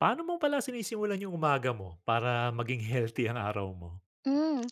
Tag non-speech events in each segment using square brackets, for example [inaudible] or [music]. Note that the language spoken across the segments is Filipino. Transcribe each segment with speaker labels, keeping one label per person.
Speaker 1: Paano mo pala sinisimulan yung umaga mo para maging healthy ang araw mo?
Speaker 2: Hmm,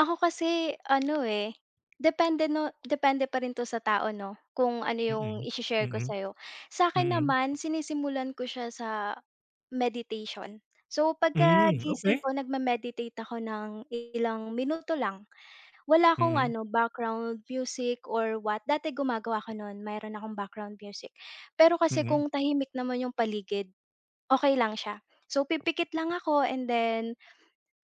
Speaker 2: Ako kasi ano, eh, depende 'no, depende pa rin 'to sa tao, 'no, kung ano yung
Speaker 1: Mm,
Speaker 2: i-she-share ko
Speaker 1: mm,
Speaker 2: sa'yo. Sa akin
Speaker 1: mm,
Speaker 2: naman sinisimulan ko siya sa meditation. So,
Speaker 1: hmm, okey.
Speaker 2: pagkagising ko nagme-meditate ako ng ilang minuto lang. Wala akong
Speaker 1: Mm,
Speaker 2: ano, background music or what. Dati gumagawa ako no'n, mayroon akong background music. Pero kasi
Speaker 1: mm,
Speaker 2: kung tahimik naman yung paligid, okay lang siya. So, pipikit lang ako, and then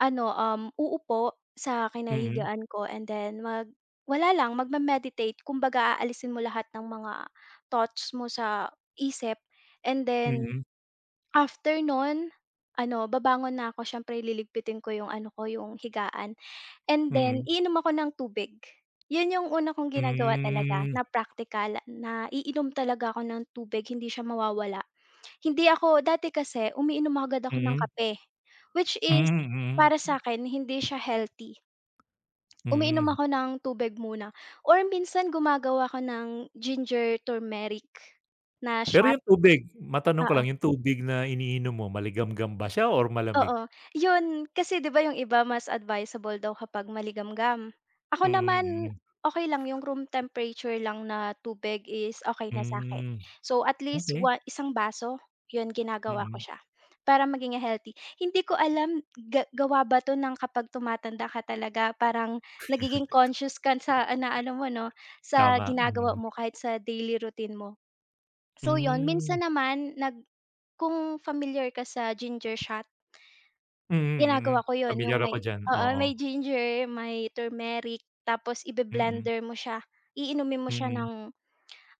Speaker 2: ano, uupo sa
Speaker 1: mm,
Speaker 2: kinahigaan ko, and then wala lang, magme-meditate, kumbaga aalisin mo lahat ng mga thoughts mo sa isip, and then
Speaker 1: mm,
Speaker 2: after nun, ano, babangon na ako, siyempre liligpitin ko yung ano ko, yung higaan, and then
Speaker 1: mm,
Speaker 2: iinom ako ng tubig. Yun yung una kong ginagawa talaga
Speaker 1: hmm, mm,
Speaker 2: na praktikal, na iinom talaga ako ng tubig, hindi siya mawawala. Hindi ako dati, kasi umiinom agad ako ng
Speaker 1: mm,
Speaker 2: kape, which is,
Speaker 1: mm,
Speaker 2: para sa'kin hindi siya healthy. Umiinom
Speaker 1: hmm.
Speaker 2: ako ng tubig muna, or minsan gumagawa ako ng ginger turmeric na
Speaker 1: Pero
Speaker 2: shot,
Speaker 1: yung tubig, matanong ko
Speaker 2: oo.
Speaker 1: lang, yung tubig na iniinom mo maligamgam ba siya or malamig?
Speaker 2: Oo, yun kasi 'di ba yung iba mas advisable daw kapag maligamgam. Ako
Speaker 1: Mm,
Speaker 2: naman,
Speaker 1: mm,
Speaker 2: okay lang yung room temperature lang na tubig is okay na sa akin.
Speaker 1: hmm,
Speaker 2: So at least,
Speaker 1: okey.
Speaker 2: isang baso, yun ginagawa ko
Speaker 1: Mm,
Speaker 2: siya para maging healthy. Hindi ko alam gawa ba 'to ng kapag tumatanda ka talaga, parang nagiging conscious ka sa na ano mo, 'no, sa
Speaker 1: tama,
Speaker 2: ginagawa
Speaker 1: mm,
Speaker 2: mo kahit sa daily routine mo. So yun,
Speaker 1: hmm,
Speaker 2: minsan naman kung familiar ka sa ginger shot.
Speaker 1: mm, mm.
Speaker 2: Ginagawa ko 'yun, yung
Speaker 1: Pamilyar ako
Speaker 2: may
Speaker 1: diyan,
Speaker 2: oo,
Speaker 1: oo.
Speaker 2: may ginger, may turmeric, tapos
Speaker 1: Mm,
Speaker 2: ibe-blender mo siya. Iinumin mo siya
Speaker 1: mm,
Speaker 2: ng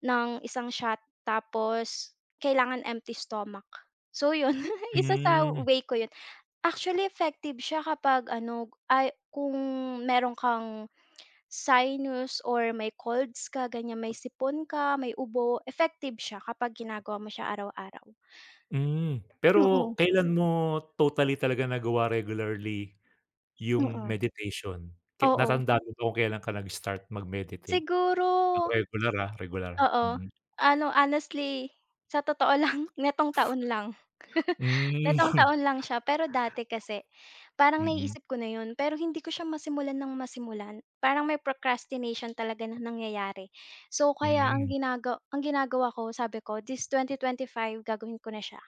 Speaker 2: ng isang shot, tapos kailangan empty stomach. So 'yun, [laughs] isa sa
Speaker 1: hmm.
Speaker 2: way ko 'yun. Actually, effective siya kapag ano, ay, kung meron kang sinus or may colds ka ganyan, may sipon ka, may ubo, effective siya kapag ginagawa mo siya araw-araw.
Speaker 1: Hmm, pero
Speaker 2: Mm,
Speaker 1: kailan mo totally talaga nagawa regularly yung
Speaker 2: mm,
Speaker 1: meditation? Ke
Speaker 2: oo.
Speaker 1: natandaan mo ba kung kailan ka nag-start mag-meditate
Speaker 2: Siguro.
Speaker 1: ng regular, ah, regular?
Speaker 2: Oo.
Speaker 1: Mm.
Speaker 2: Ano, honestly, sa totoo lang, [laughs] nitong taon lang. [laughs]
Speaker 1: Hmm, mm,
Speaker 2: Nitong taon
Speaker 1: [laughs]
Speaker 2: lang siya, pero dati kasi parang naiisip ko na 'yun, pero hindi ko siya masimulan ng masimulan. Parang may procrastination talaga na nangyayari. So, kaya
Speaker 1: mm,
Speaker 2: ang ginagawa ko, sabi ko, "This 2025 gagawin ko na siya."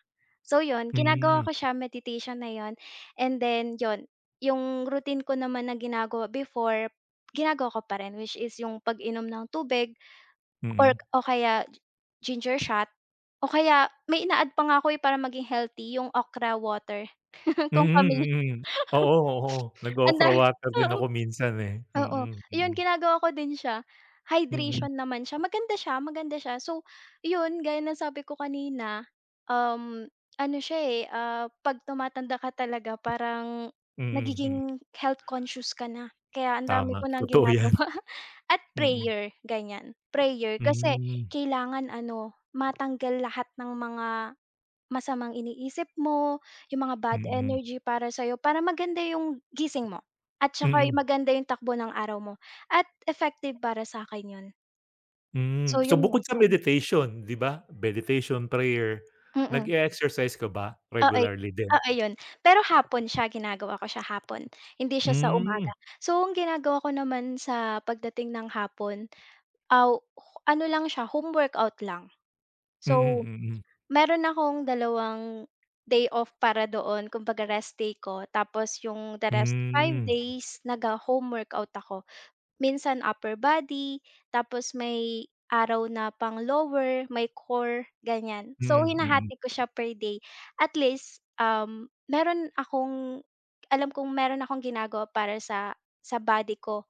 Speaker 2: So 'yun, ginagawa
Speaker 1: hmm,
Speaker 2: ko siya, meditation na 'yun, and then 'yun, yung routine ko naman na ginagawa before, ginagawa ko pa rin, which is yung pag-inom ng tubig.
Speaker 1: mm.
Speaker 2: O kaya ginger shot, o kaya may ina-add pa nga ako, eh, para maging healthy yung okra water, [laughs] kung
Speaker 1: Mm,
Speaker 2: pamilya.
Speaker 1: mm.
Speaker 2: [laughs]
Speaker 1: Oo, oo,
Speaker 2: Ang
Speaker 1: nag-okra
Speaker 2: dami.
Speaker 1: water din
Speaker 2: Oo.
Speaker 1: ako minsan, eh.
Speaker 2: Oo,
Speaker 1: Mm,
Speaker 2: yun
Speaker 1: mm,
Speaker 2: ginagawa ko din siya.
Speaker 1: mm,
Speaker 2: Hydration naman siya, maganda siya, maganda siya. So, yun gaya ng sabi ko kanina, um, ano siya, eh, 'pag tumatanda ka talaga, parang
Speaker 1: mm, mm.
Speaker 2: nagiging health conscious ka na. Kaya ang dami
Speaker 1: Tama,
Speaker 2: ko nang
Speaker 1: totoo
Speaker 2: ginagawa,
Speaker 1: yan.
Speaker 2: [laughs] at
Speaker 1: Mm,
Speaker 2: prayer, ganyan. Prayer kasi
Speaker 1: hmm,
Speaker 2: kailangan ano, matanggal lahat ng mga masamang iniisip mo, yung mga bad
Speaker 1: mm,
Speaker 2: energy para sa'yo, para maganda yung gising mo at saka
Speaker 1: mm.
Speaker 2: yung maganda yung takbo ng araw mo, at effective para sa'kin yun. So
Speaker 1: Hmm, so
Speaker 2: yun nga.
Speaker 1: bukod sa
Speaker 2: Mm,
Speaker 1: meditation, 'di ba? Meditation, prayer,
Speaker 2: mm,
Speaker 1: nag-e-exercise ka ba
Speaker 2: oo,
Speaker 1: regularly din?
Speaker 2: oo yun. Pero hapon siya, ginagawa ko siya hapon, hindi siya sa
Speaker 1: Hmm,
Speaker 2: umaga. So ang ginagawa ko naman sa pagdating ng hapon, aw, ano lang siya, home workout lang.
Speaker 1: mm,
Speaker 2: So,
Speaker 1: mm.
Speaker 2: meron akong 2 day off para doon, kumbaga rest day ko, tapos yung the rest 5
Speaker 1: Hmm,
Speaker 2: days nagho-home workout ako. Minsan upper body, tapos may araw na pang lower, may core, ganyan. So
Speaker 1: mm, mm,
Speaker 2: hinahati ko siya per day. At least, meron akong alam kong meron akong ginagawa para sa body ko.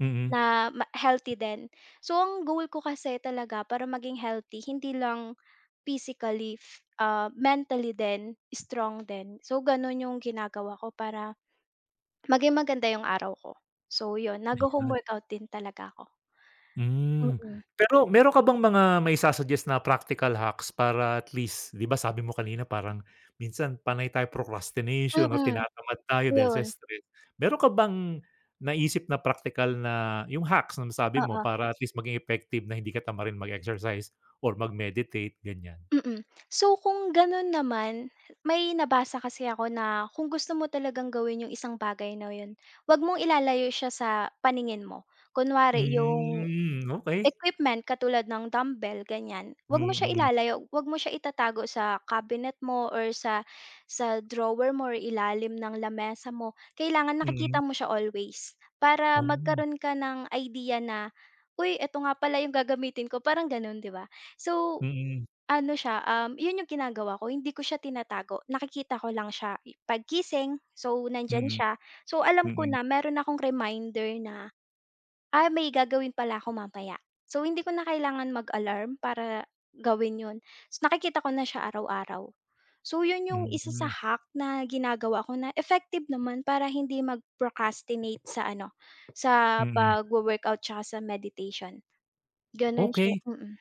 Speaker 1: mm.
Speaker 2: Na ma healthy din. So, ang goal ko kasi talaga para maging healthy hindi lang physically, mentally din, strong din. So, gano'n yung ginagawa ko para maging maganda yung araw ko. So, yun,
Speaker 1: Ayan.
Speaker 2: homeworkout din talaga ako.
Speaker 1: Hmm.
Speaker 2: Mm,
Speaker 1: Pero meron ka bang mga na practical hacks para at least 'di ba sabi mo kanina parang minsan panay tayo procrastination or
Speaker 2: mm,
Speaker 1: tinatamad tayo dahil sa
Speaker 2: yun,
Speaker 1: stress. Meron ka bang naisip na practical na yung hacks na nasabi mo
Speaker 2: oo.
Speaker 1: para at least maging effective na hindi ka tamarin mag-exercise or mag-meditate, ganyan?
Speaker 2: Mm. So kung gano'n naman, may nabasa kasi ako na kung gusto mo talagang gawin yung isang bagay na yun, 'wag mong ilalayo siya sa paningin mo. Kunwari yung
Speaker 1: Hmm, okey.
Speaker 2: equipment katulad ng dumbbell, ganyan,
Speaker 1: Mm,
Speaker 2: 'wag mo siya
Speaker 1: mm.
Speaker 2: ilalayo, 'wag mo siya itatago sa cabinet mo, or sa drawer mo, or ilalim ng lamesa mo. Kailangan nakikita mo siya always, para
Speaker 1: Hmm.
Speaker 2: magkaroon ka ng idea na, "Uy, eto nga pala yung gagamitin ko." Parang gano'n, 'di ba? So,
Speaker 1: Mm,
Speaker 2: ano siya, 'yun yung ginagawa ko, hindi ko siya tinatago, nakikita ko lang siya paggising, so nandiyan
Speaker 1: mm,
Speaker 2: siya. So alam ko
Speaker 1: mm,
Speaker 2: na meron akong reminder na, may gagawin pala ako mamaya. So hindi ko na kailangan mag-alarm para gawin 'yun. So nakikita ko na siya araw-araw. So 'yun yung
Speaker 1: mm,
Speaker 2: isa sa
Speaker 1: mm,
Speaker 2: hack na ginagawa ko na effective naman para hindi mag-procrastinate sa ano, sa
Speaker 1: mm.
Speaker 2: pagwo-workout tsaka sa meditation. Gano'n siya,
Speaker 1: Okey.
Speaker 2: mm.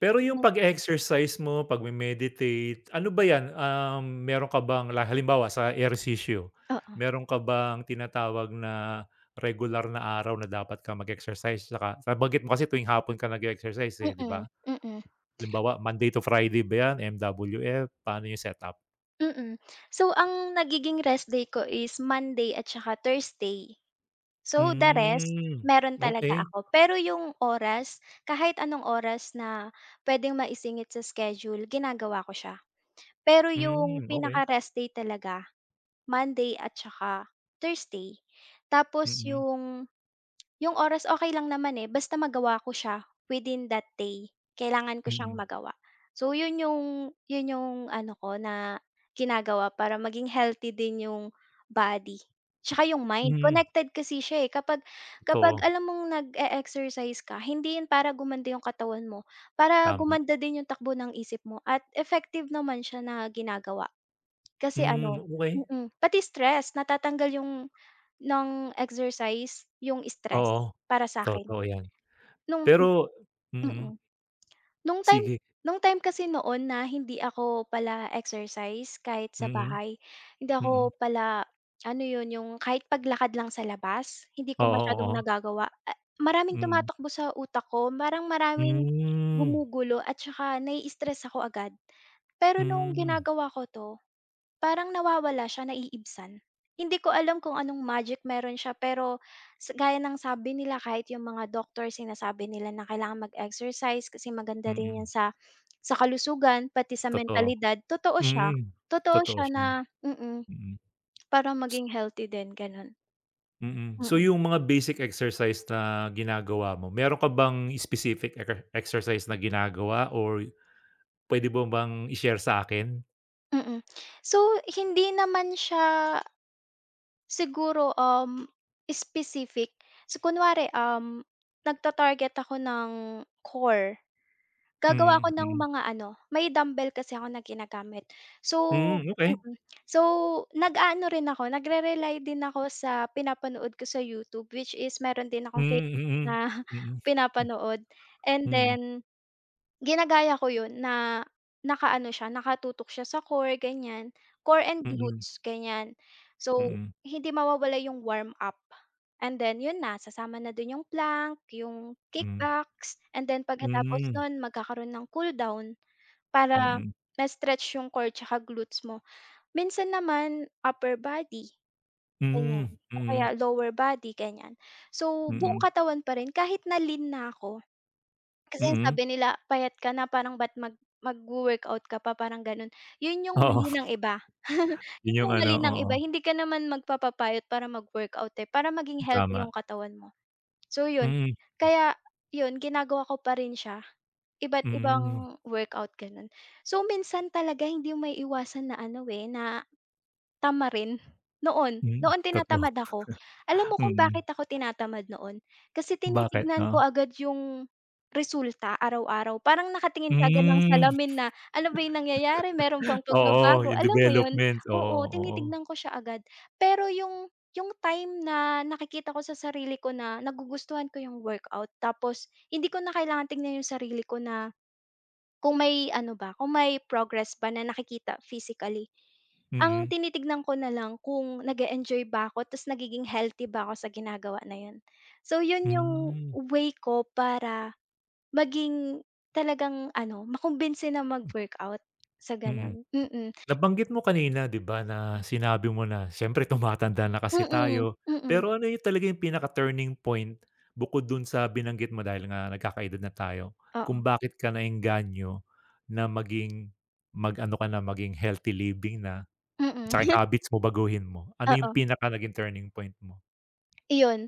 Speaker 1: Pero yung
Speaker 2: Na.
Speaker 1: pag-exercise mo, pag meditate ano ba yan, meron ka bang halimbawa sa ehersisyo, meron ka bang tinatawag na regular na araw na dapat ka mag-exercise tsaka nabanggit mo kasi tuwing hapon ka nag exercise eh, 'di
Speaker 2: Mm,
Speaker 1: ba?
Speaker 2: mm,
Speaker 1: Halimbawa Monday to Friday ba yan, MWF, paano yung setup?
Speaker 2: mm. So, ang nagiging rest day ko is Monday at saka Thursday. So, the rest,
Speaker 1: Hmm,
Speaker 2: meron talaga
Speaker 1: okay,
Speaker 2: ako. Pero yung oras, kahit anong oras na puwedeng maisingit sa schedule, ginagawa ko siya. Pero
Speaker 1: hmm, okey.
Speaker 2: yung
Speaker 1: Mm, okay.
Speaker 2: pinaka-rest day talaga, Monday at saka Thursday. Tapos
Speaker 1: Mm-mm.
Speaker 2: yung oras okey lang naman, eh, basta magawa ko siya within that day, kailangan ko siyang
Speaker 1: Mm-mm. Mm.
Speaker 2: magawa. So, yun yung ano ko na ginagawa para maging healthy din yung body, tsaka yung mind.
Speaker 1: Hmm,
Speaker 2: Connected kasi siya, eh, kapag kapag
Speaker 1: totoo,
Speaker 2: alam mong nag-e-exercise ka, hindi yun para gumanda yung katawan mo, para
Speaker 1: tama.
Speaker 2: gumanda din yung takbo ng isip mo, at effective naman siya na ginagawa. Kasi
Speaker 1: Hmm,
Speaker 2: ano,
Speaker 1: okey.
Speaker 2: pati stress natatanggal yung ng exercise yung stress
Speaker 1: Oo,
Speaker 2: para sa'kin
Speaker 1: totoo yan.
Speaker 2: nung
Speaker 1: Pero mm,
Speaker 2: mm. Nung time
Speaker 1: sige.
Speaker 2: nung time kasi noon na hindi ako pala exercise kahit sa
Speaker 1: Mm,
Speaker 2: bahay, hindi
Speaker 1: mm.
Speaker 2: ako pala ano yun, yung kahit paglakad lang sa labas hindi ko
Speaker 1: Oo,
Speaker 2: masyadong
Speaker 1: oo.
Speaker 2: nagagawa. Ah, maraming
Speaker 1: Mm.
Speaker 2: tumatakbo sa utak ko, parang maraming
Speaker 1: Hmm,
Speaker 2: gumugulo at saka nai-stress ako agad. Pero nung
Speaker 1: hmm,
Speaker 2: ginagawa ko 'to, parang nawawala siya, naiibsan. Hindi ko alam kung anong magic meron siya, pero sa gaya ng sabi nila, kahit yung mga doctor sinasabi nila na kailangan mag-exercise, kasi maganda rin yan
Speaker 1: mm.
Speaker 2: sa kalusugan pati sa
Speaker 1: Totoo.
Speaker 2: mentalidad, totoo siya.
Speaker 1: Mm,
Speaker 2: Totoo
Speaker 1: totoo
Speaker 2: siya na
Speaker 1: siya,
Speaker 2: mm,
Speaker 1: mm.
Speaker 2: para maging healthy din gano'n.
Speaker 1: Mm. So
Speaker 2: Mm,
Speaker 1: yung mga basic exercise na ginagawa mo, meron ka bang specific exercise na ginagawa or puwede mo bang i-share sa'kin?
Speaker 2: mm. So hindi naman siya siguro, specific. So kunware, nagta-target ako ng core. Gagawa ako
Speaker 1: Mm,
Speaker 2: ng
Speaker 1: mm.
Speaker 2: mga ano, may dumbbell kasi ako na ginagamit. So,
Speaker 1: Hmm, okey.
Speaker 2: mm. So, nag-aano rin ako, nagre-rely din ako sa pinapanood ko sa YouTube, which is meron din akong favorite na
Speaker 1: Mm,
Speaker 2: [laughs]
Speaker 1: mm.
Speaker 2: pinapanood, and
Speaker 1: Mm,
Speaker 2: then ginagaya ko 'yun na nakaano siya, nakatutok siya sa core ganiyan, core and
Speaker 1: mm,
Speaker 2: glutes ganiyan. So,
Speaker 1: mm,
Speaker 2: hindi mawawala yung warm up, and then 'yun na sasama na dun yung plank, yung
Speaker 1: mm,
Speaker 2: kickbacks, and then pagkatapos
Speaker 1: hmm,
Speaker 2: nun magkakaroon ng cool down para
Speaker 1: mm.
Speaker 2: ma-stretch yung core tsaka glutes mo. Minsan naman upper body
Speaker 1: Hmm,
Speaker 2: ganiyan,
Speaker 1: mm,
Speaker 2: o
Speaker 1: mm,
Speaker 2: kaya lower body ganiyan. So, buong
Speaker 1: mm.
Speaker 2: katawan pa rin kahit na lean na ako. Kasi
Speaker 1: Mm.
Speaker 2: sabi nila payat ka na, parang ba't magwo-workout ka pa, parang gano'n. 'Yun yung
Speaker 1: Oo,
Speaker 2: mali ng
Speaker 1: [laughs]
Speaker 2: iba. [laughs]
Speaker 1: yun
Speaker 2: 'Yun
Speaker 1: yung
Speaker 2: yung
Speaker 1: ano,
Speaker 2: mali ng
Speaker 1: oo.
Speaker 2: iba, hindi ka naman magpapapayat para mag-workout, eh, para maging healthy yung
Speaker 1: Tama.
Speaker 2: katawan mo. So 'yun,
Speaker 1: Mm,
Speaker 2: kaya 'yun ginagawa ko pa rin siya, iba't
Speaker 1: mm,
Speaker 2: ibang workout gano'n. So minsan talaga hindi maiiwasan na ano, eh, na. Tama rin. Noon,
Speaker 1: mm,
Speaker 2: noon
Speaker 1: totoo,
Speaker 2: tinatamad ako. Alam mo kung
Speaker 1: mm.
Speaker 2: bakit ako tinatamad noon? Kasi
Speaker 1: Bakit
Speaker 2: tinitignan ko
Speaker 1: 'no?
Speaker 2: agad yung resulta araw-araw. Parang nakatingin ka agad ng
Speaker 1: Hmm,
Speaker 2: salamin na, ano ba yung nangyayari, meron bang
Speaker 1: oo,
Speaker 2: pagbabago,
Speaker 1: yung
Speaker 2: alam mo yun?
Speaker 1: development, oo,
Speaker 2: Oo,
Speaker 1: oo,
Speaker 2: tinitignan ko siya agad. Pero yung time na nakikita ko sa sarili ko na nagugustuhan ko yung workout, tapos hindi ko na kailangan tingnan yung sarili ko na kung may ano ba, kung may progress ba na nakikita physically. Ang
Speaker 1: mm,
Speaker 2: tinitignan ko na lang kung nag-e-enjoy ba ako ta's nagiging healthy ba ako sa ginagawa na yun. So yun yung
Speaker 1: hmm,
Speaker 2: way ko para maging talagang ano, makumbinsi na mag-workout sa
Speaker 1: mm.
Speaker 2: gano'n. Mm, mm,
Speaker 1: Nabanggit mo kanina 'di ba na sinabi mo na siyempre tumatanda na kasi tayo,
Speaker 2: mm,
Speaker 1: pero ano yung talaga yung pinaka-turning point bukod dun sa binanggit mo dahil nga nagkakaedad na tayo, kung
Speaker 2: oo,
Speaker 1: bakit ka naengganyo na maging mag-ano ka na, maging healthy living na?
Speaker 2: mm,
Speaker 1: Tsaka yung
Speaker 2: [laughs]
Speaker 1: habits mo baguhin mo. Ano yung
Speaker 2: oo,
Speaker 1: pinaka naging turning point mo?
Speaker 2: iyon.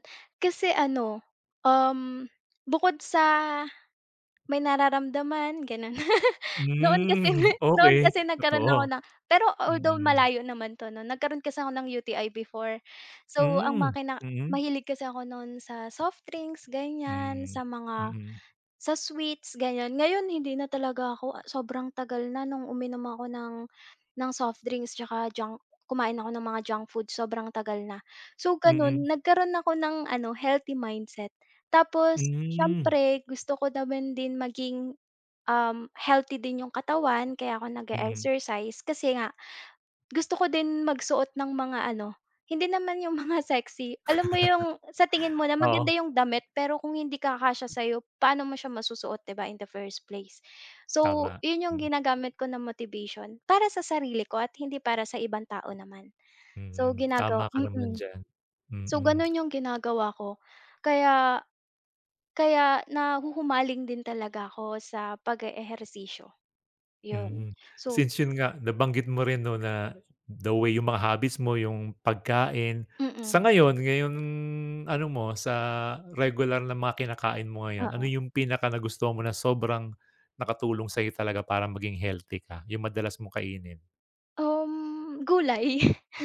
Speaker 2: Kasi ano, um, bukod sa may nararamdaman, gano'n. Noon kasi
Speaker 1: Hmm,
Speaker 2: [laughs] noon
Speaker 1: okey,
Speaker 2: kasi nagkaroon ako
Speaker 1: totoo.
Speaker 2: ng, pero although
Speaker 1: Mm.
Speaker 2: malayo naman 'to, 'no, nagkaroon kasi ako ng UTI before. So, ang
Speaker 1: Hmm,
Speaker 2: makina,
Speaker 1: mm.
Speaker 2: mahilig kasi ako noon sa soft drinks, ganyan,
Speaker 1: Hmm, mm,
Speaker 2: sa sweets, ganyan. Ngayon hindi na talaga ako, sobrang tagal na nung uminom ako ng soft drinks, tsaka kumain ako ng mga junk food, sobrang tagal na. So gano'n,
Speaker 1: mm,
Speaker 2: nagkaroon ako ng ano, healthy mindset. Tapos
Speaker 1: hmm,
Speaker 2: siyempre gusto ko naman din maging, healthy din yung katawan, kaya ako nag
Speaker 1: mm.
Speaker 2: exercise kasi nga gusto ko din magsuot ng mga ano, hindi naman yung [laughs] mga sexy, alam mo yung sa tingin mo na
Speaker 1: Oo,
Speaker 2: maganda yung damit, pero kung hindi kakasya sa'yo, paano mo siya masusuot, 'di ba, in the first place. So,
Speaker 1: tama.
Speaker 2: yun yung
Speaker 1: Mm,
Speaker 2: ginagamit ko na motivation para sa sarili ko at hindi para sa ibang tao naman.
Speaker 1: mm.
Speaker 2: So,
Speaker 1: Tama
Speaker 2: ginagawa,
Speaker 1: ka naman
Speaker 2: mm.
Speaker 1: diyan,
Speaker 2: So,
Speaker 1: mm.
Speaker 2: ganun yung ginagawa ko, kaya kaya nahuhumaling din talaga ako sa pag-eehersisyo. Yun.
Speaker 1: Mm.
Speaker 2: So,
Speaker 1: Since yun nga, nabanggit mo rin 'no na the way yung mga habits mo, yung pagkain. Sa
Speaker 2: mm.
Speaker 1: ngayon, ngayon ano mo, sa regular na mga kinakain mo ngayon, ano
Speaker 2: Oo.
Speaker 1: yung pinaka pinakanagustuhan mo na sobrang nakatulong sa'yo talaga para maging healthy ka, yung madalas mo kainin?
Speaker 2: Gulay. [laughs]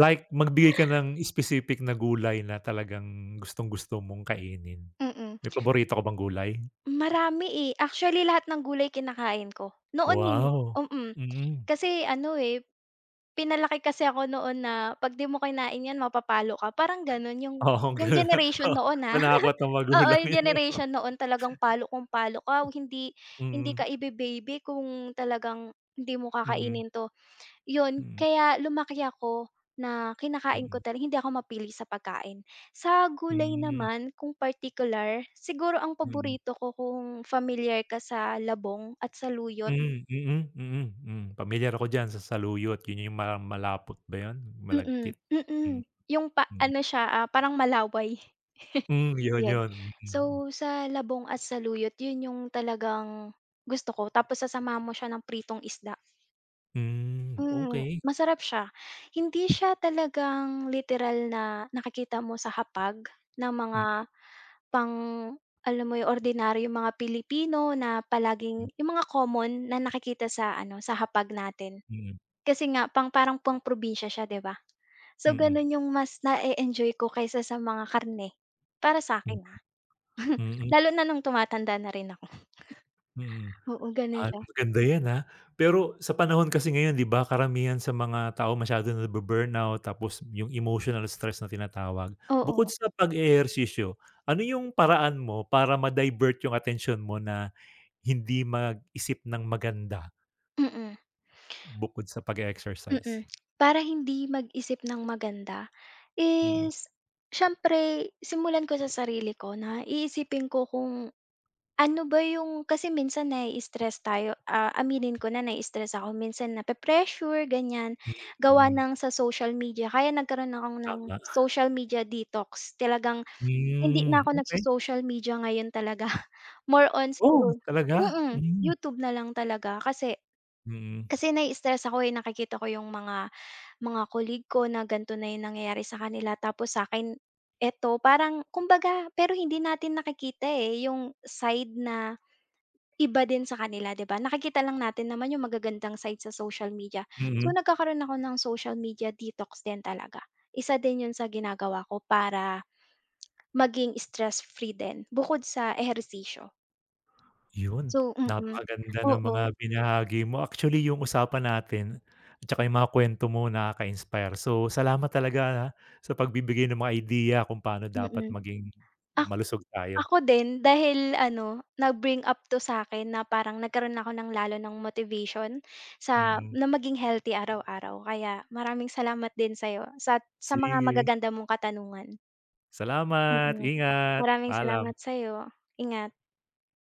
Speaker 1: Like magbigay ka ng specific na gulay na talagang gustong-gusto mong kainin.
Speaker 2: Mm.
Speaker 1: May paborito ka bang gulay?
Speaker 2: Marami, eh. Actually, lahat ng gulay kinakain ko. Noon hin
Speaker 1: Wow!
Speaker 2: mm.
Speaker 1: Mm.
Speaker 2: Kasi ano, eh, pinalaki kasi ako noon na 'pag 'di mo kinain 'yan, mapapalo ka, parang gano'n yung
Speaker 1: Oo, [laughs]
Speaker 2: yung
Speaker 1: gano'n.
Speaker 2: generation
Speaker 1: Oo,
Speaker 2: noon, ah. [laughs]
Speaker 1: manakot na
Speaker 2: Oo,
Speaker 1: magulang
Speaker 2: yung
Speaker 1: yun,
Speaker 2: generation
Speaker 1: [laughs]
Speaker 2: noon talagang palo kung palo ka, hindi hindi ka
Speaker 1: Mm.
Speaker 2: ibe-baby kung talagang hindi mo
Speaker 1: Mm,
Speaker 2: kakainin 'to. Yun,
Speaker 1: mm,
Speaker 2: kaya lumaki ako na kinakain
Speaker 1: mm,
Speaker 2: ko talaga, hindi ako mapili sa pagkain. Sa
Speaker 1: hmm,
Speaker 2: gulay
Speaker 1: mm.
Speaker 2: naman kung particular, siguro ang paborito ko, kung familiar ka sa labong at sa luyot.
Speaker 1: Hmm, mm, mm, hmm. Pamilyar ako diyan sa saluyot, yun yung ma malapot ba yun,
Speaker 2: Mm,
Speaker 1: malagkit?
Speaker 2: mm.
Speaker 1: Mm,
Speaker 2: Yung pa
Speaker 1: mm.
Speaker 2: ano siya, parang malaway,
Speaker 1: Hmm, yun
Speaker 2: yun.
Speaker 1: yun, mm.
Speaker 2: So, sa labong at sa luyot yun yung talagang gusto ko, tapos sasamahan mo siya ng pritong isda.
Speaker 1: Hmm, okey.
Speaker 2: Masarap siya. Hindi siya talagang literal na nakikita mo sa hapag ng mga
Speaker 1: Mm,
Speaker 2: pang alam mo yung ordinaryong mga Pilipino na
Speaker 1: mm,
Speaker 2: palaging yung mga common na nakikita sa ano, sa hapag natin.
Speaker 1: mm,
Speaker 2: Kasi nga parang pang-probinsya siya, 'di ba? So,
Speaker 1: hmm,
Speaker 2: gano'n yung mas na enjoy ko kaysa sa mga karne, para sa akin ah. [laughs]
Speaker 1: mm, mm.
Speaker 2: Lalo na nung tumatanda na rin ako.
Speaker 1: Mm.
Speaker 2: Oo, gano'n
Speaker 1: Ah,
Speaker 2: siya.
Speaker 1: maganda 'yan, ah. Pero sa panahon kasi ngayon 'di ba karamihan sa mga tao masyado na nabu-burnout tapos yung emotional stress na tinatawag. Bukod
Speaker 2: Oo,
Speaker 1: sa pag-eehersisyo, ano yung paraan mo para ma-divert yung atensyon mo na hindi mag-isip ng maganda
Speaker 2: mm.
Speaker 1: bukod sa pag-e-exercise?
Speaker 2: Mm. Para hindi mag-isip ng maganda
Speaker 1: Mm,
Speaker 2: is siyempre simulan ko sa sarili ko na iisipin ko kung ano ba yung, kasi minsan nai-stress tayo, aminin ko na nai-stress ako, minsan nape-pressure, ganyan, gawa
Speaker 1: mm,
Speaker 2: ng sa social media. Kaya nagkaroon ako ng
Speaker 1: tama.
Speaker 2: social media detox. Talagang hindi
Speaker 1: Hmm,
Speaker 2: na ako
Speaker 1: okey.
Speaker 2: nagso-social media ngayon talaga. [laughs] More on
Speaker 1: Oo,
Speaker 2: siguro,
Speaker 1: talaga? Hmm,
Speaker 2: YouTube na lang talaga, kasi
Speaker 1: mm,
Speaker 2: kasi nai-stress ako, eh, nakikita ko yung mga colleague ko na gan'to na yung nangyayari sa kanila, tapos sa akin, eto parang kumbaga, pero hindi natin nakikita, eh, yung side na iba din sa kanila, 'di ba? Nakikita lang natin naman yung magagandang side sa social media. So,
Speaker 1: mm.
Speaker 2: nagkakaroon ako ng social media detox din talaga. Isa din yun sa ginagawa ko para maging stress free din bukod sa ehersisyo.
Speaker 1: Yun,
Speaker 2: So, mm,
Speaker 1: napakaganda ng
Speaker 2: oo,
Speaker 1: mga binahagi mo. Actually, yung usapan natin at saka yung mga kwento mo nakaka-inspire. So, salamat talaga, ha, sa pagbibigay ng mga idea kung paano dapat
Speaker 2: mm.
Speaker 1: maging malusog tayo.
Speaker 2: Ako din dahil ano, nag-bring up 'to sa akin na parang nagkaroon ako ng lalo ng motivation sa
Speaker 1: Mm.
Speaker 2: na maging healthy araw-araw. Kaya maraming salamat din sa'yo sa mga
Speaker 1: Sige,
Speaker 2: magaganda mong katanungan.
Speaker 1: salamat,
Speaker 2: Mm.
Speaker 1: ingat,
Speaker 2: Maraming salamat
Speaker 1: paalam.
Speaker 2: sa'yo. Ingat.